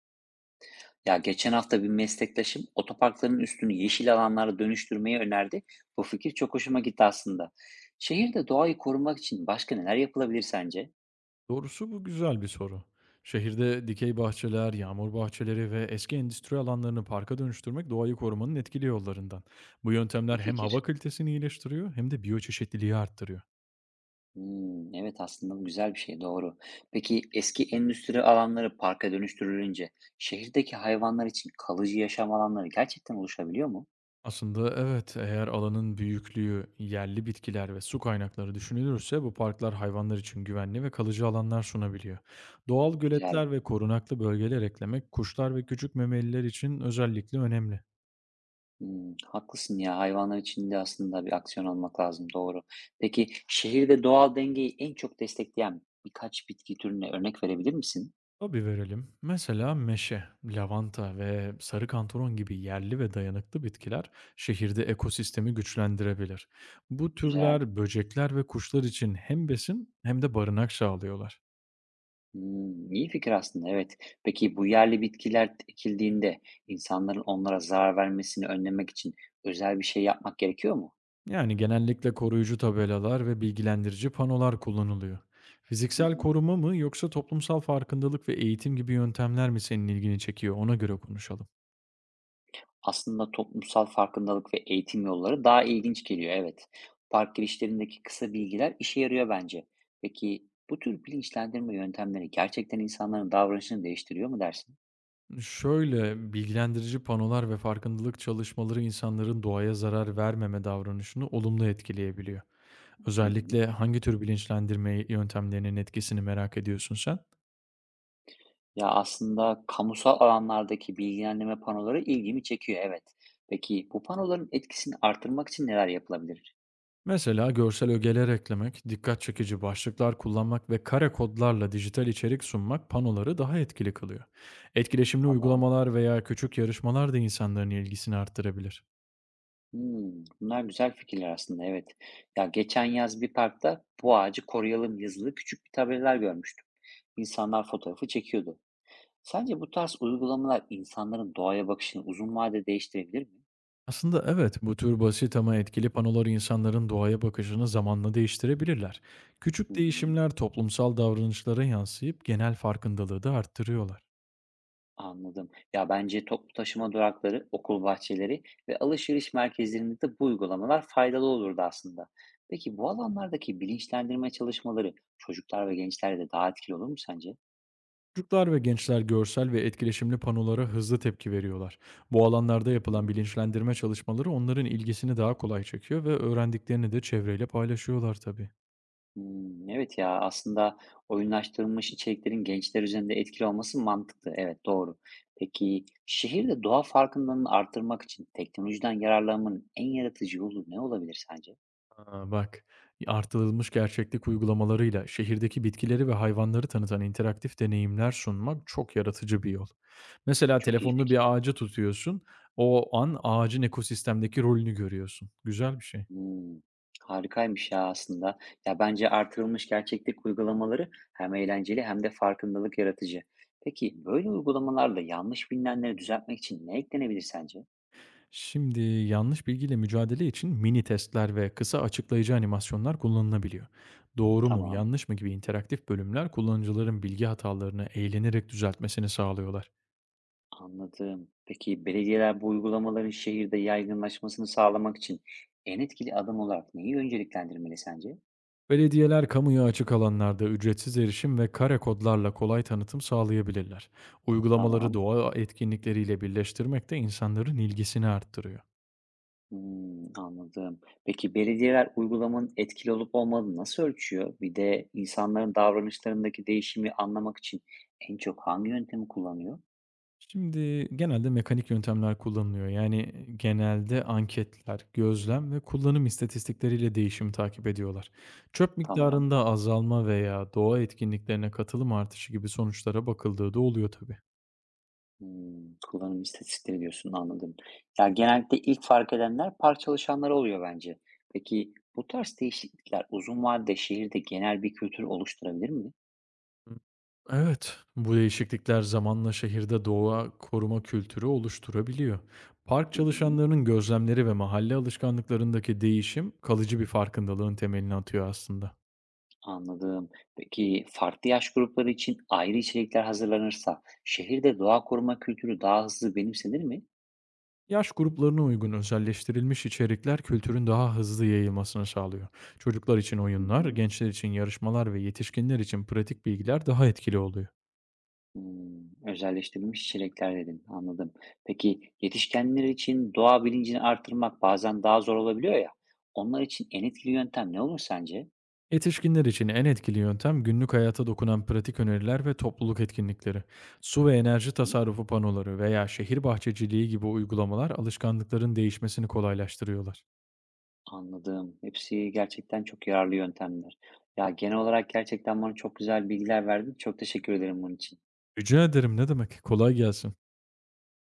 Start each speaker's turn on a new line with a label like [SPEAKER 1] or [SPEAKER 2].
[SPEAKER 1] Ya geçen hafta bir meslektaşım otoparkların üstünü yeşil alanlara dönüştürmeyi önerdi. Bu fikir çok hoşuma gitti aslında. Şehirde doğayı korumak için başka neler yapılabilir sence?
[SPEAKER 2] Doğrusu bu güzel bir soru. Şehirde dikey bahçeler, yağmur bahçeleri ve eski endüstri alanlarını parka dönüştürmek doğayı korumanın etkili yollarından. Bu yöntemler
[SPEAKER 1] İyi
[SPEAKER 2] hem hava
[SPEAKER 1] fikir.
[SPEAKER 2] kalitesini iyileştiriyor hem de biyoçeşitliliği arttırıyor.
[SPEAKER 1] Evet aslında bu güzel bir şey doğru. Peki eski endüstri alanları parka dönüştürülünce şehirdeki hayvanlar için kalıcı yaşam alanları gerçekten oluşabiliyor mu?
[SPEAKER 2] Aslında evet, eğer alanın büyüklüğü, yerli bitkiler ve su kaynakları düşünülürse bu parklar hayvanlar için güvenli ve kalıcı alanlar sunabiliyor. Doğal
[SPEAKER 1] Güzel.
[SPEAKER 2] göletler ve korunaklı bölgeler eklemek kuşlar ve küçük memeliler için özellikle önemli.
[SPEAKER 1] Haklısın ya, hayvanlar için de aslında bir aksiyon almak lazım, doğru. Peki şehirde doğal dengeyi en çok destekleyen birkaç bitki türüne örnek verebilir misin?
[SPEAKER 2] Tabii verelim. Mesela meşe, lavanta ve sarı kantaron gibi yerli ve dayanıklı bitkiler şehirde ekosistemi güçlendirebilir. Bu
[SPEAKER 1] Güzel.
[SPEAKER 2] türler böcekler ve kuşlar için hem besin hem de barınak sağlıyorlar.
[SPEAKER 1] İyi fikir aslında, evet. Peki bu yerli bitkiler ekildiğinde insanların onlara zarar vermesini önlemek için özel bir şey yapmak gerekiyor mu?
[SPEAKER 2] Yani genellikle koruyucu tabelalar ve bilgilendirici panolar kullanılıyor.
[SPEAKER 1] Hı
[SPEAKER 2] Fiziksel
[SPEAKER 1] hı.
[SPEAKER 2] koruma mı yoksa toplumsal farkındalık ve eğitim gibi yöntemler mi senin ilgini çekiyor? Ona göre konuşalım.
[SPEAKER 1] Aslında toplumsal farkındalık ve eğitim yolları daha ilginç geliyor, evet. Park girişlerindeki kısa bilgiler işe yarıyor bence. Peki bu tür bilinçlendirme yöntemleri gerçekten insanların davranışını değiştiriyor mu dersin?
[SPEAKER 2] Şöyle, bilgilendirici panolar ve farkındalık çalışmaları insanların doğaya zarar vermeme davranışını olumlu etkileyebiliyor.
[SPEAKER 1] Hı hı.
[SPEAKER 2] Özellikle hangi tür bilinçlendirme yöntemlerinin etkisini merak ediyorsun sen?
[SPEAKER 1] Ya aslında kamusal alanlardaki bilgilendirme panoları ilgimi çekiyor, evet. Peki bu panoların etkisini artırmak için neler yapılabilir?
[SPEAKER 2] Mesela görsel ögeler eklemek, dikkat çekici başlıklar kullanmak ve kare kodlarla dijital içerik sunmak panoları daha etkili kılıyor. Etkileşimli
[SPEAKER 1] Tamam.
[SPEAKER 2] uygulamalar veya küçük yarışmalar da insanların ilgisini arttırabilir.
[SPEAKER 1] Bunlar güzel fikirler aslında, evet. Ya, geçen yaz bir parkta "Bu ağacı koruyalım." yazılı küçük bir tabelalar görmüştüm. İnsanlar fotoğrafı çekiyordu. Sence bu tarz uygulamalar insanların doğaya bakışını uzun vadede değiştirebilir mi?
[SPEAKER 2] Aslında evet, bu tür basit ama etkili panolar insanların doğaya bakışını zamanla değiştirebilirler.
[SPEAKER 1] Hı
[SPEAKER 2] Küçük
[SPEAKER 1] hı,
[SPEAKER 2] değişimler toplumsal davranışlara yansıyıp genel farkındalığı da arttırıyorlar.
[SPEAKER 1] anladım. Ya, bence toplu taşıma durakları, okul bahçeleri ve alışveriş merkezlerinde de bu uygulamalar faydalı olurdu aslında. Peki bu alanlardaki bilinçlendirme çalışmaları çocuklar ve gençlerde daha etkili olur mu sence?
[SPEAKER 2] Çocuklar ve gençler görsel ve etkileşimli panolara hızlı tepki veriyorlar. Bu alanlarda
[SPEAKER 1] Hı
[SPEAKER 2] yapılan
[SPEAKER 1] hı.
[SPEAKER 2] bilinçlendirme çalışmaları onların ilgisini daha kolay çekiyor ve öğrendiklerini de çevreyle paylaşıyorlar tabii.
[SPEAKER 1] Evet ya, aslında oyunlaştırılmış içeriklerin gençler üzerinde etkili olması mantıklı. Evet, doğru. Peki, şehirde doğa farkındalığını arttırmak için teknolojiden yararlanmanın en yaratıcı yolu ne olabilir sence?
[SPEAKER 2] A, bak. Artırılmış gerçeklik uygulamalarıyla şehirdeki bitkileri ve hayvanları tanıtan interaktif deneyimler sunmak çok yaratıcı bir yol. Mesela
[SPEAKER 1] Çok iyi
[SPEAKER 2] telefonunu bir
[SPEAKER 1] fikir.
[SPEAKER 2] ağaca tutuyorsun, o an ağacın ekosistemdeki rolünü görüyorsun. Güzel bir şey.
[SPEAKER 1] Hımm, harikaymış ya aslında. Ya, bence artırılmış gerçeklik uygulamaları hem eğlenceli hem de farkındalık yaratıcı. Peki, böyle uygulamalarla yanlış bilinenleri düzeltmek için ne eklenebilir sence?
[SPEAKER 2] Şimdi yanlış bilgiyle mücadele için mini testler ve kısa açıklayıcı animasyonlar kullanılabiliyor. Doğru mu,
[SPEAKER 1] Tamam.
[SPEAKER 2] yanlış mı gibi interaktif bölümler kullanıcıların bilgi hatalarını eğlenerek düzeltmesini sağlıyorlar.
[SPEAKER 1] Anladım. Peki belediyeler bu uygulamaların şehirde yaygınlaşmasını sağlamak için en etkili adım olarak neyi önceliklendirmeli sence?
[SPEAKER 2] Belediyeler kamuya açık alanlarda ücretsiz erişim ve kare kodlarla kolay tanıtım sağlayabilirler. Uygulamaları
[SPEAKER 1] Tamam.
[SPEAKER 2] doğa etkinlikleriyle birleştirmek de insanların ilgisini arttırıyor.
[SPEAKER 1] Anladım. Peki belediyeler uygulamanın etkili olup olmadığını nasıl ölçüyor? Bir de insanların davranışlarındaki değişimi anlamak için en çok hangi yöntemi kullanıyor?
[SPEAKER 2] Şimdi genelde mekanik yöntemler kullanılıyor. Yani genelde anketler, gözlem ve kullanım istatistikleriyle değişimi takip ediyorlar. Çöp
[SPEAKER 1] Tamam.
[SPEAKER 2] miktarında azalma veya doğa etkinliklerine katılım artışı gibi sonuçlara bakıldığı da oluyor tabii.
[SPEAKER 1] Kullanım istatistikleri diyorsun, anladım. Ya, genellikle ilk fark edenler park çalışanları oluyor bence. Peki bu tarz değişiklikler uzun vadede şehirde genel bir kültür oluşturabilir mi?
[SPEAKER 2] Hı. Evet, bu değişiklikler zamanla şehirde doğa koruma kültürü oluşturabiliyor. Park
[SPEAKER 1] Hı hı,
[SPEAKER 2] çalışanlarının gözlemleri ve mahalle alışkanlıklarındaki değişim kalıcı bir farkındalığın temelini atıyor aslında.
[SPEAKER 1] anladım. Peki farklı yaş grupları için ayrı içerikler hazırlanırsa şehirde doğa koruma kültürü daha hızlı benimsenir mi?
[SPEAKER 2] Yaş gruplarına uygun özelleştirilmiş içerikler kültürün daha hızlı yayılmasını sağlıyor. Çocuklar için
[SPEAKER 1] Hı
[SPEAKER 2] oyunlar,
[SPEAKER 1] hı.
[SPEAKER 2] gençler için yarışmalar ve yetişkinler için pratik bilgiler daha etkili oluyor.
[SPEAKER 1] Özelleştirilmiş çilekler dedin, anladım. Peki yetişkinler için doğa bilincini arttırmak bazen daha zor olabiliyor ya, onlar için en etkili yöntem ne olur sence?
[SPEAKER 2] Yetişkinler için en etkili yöntem günlük hayata dokunan pratik öneriler ve topluluk etkinlikleri. Su ve enerji
[SPEAKER 1] Hı.
[SPEAKER 2] tasarrufu panoları veya şehir bahçeciliği gibi uygulamalar alışkanlıkların değişmesini kolaylaştırıyorlar.
[SPEAKER 1] Anladım. Hepsi gerçekten çok yararlı yöntemler. Ya, genel olarak gerçekten bana çok güzel bilgiler verdin. Çok teşekkür ederim bunun için.
[SPEAKER 2] Rica ederim ne demek? Kolay gelsin.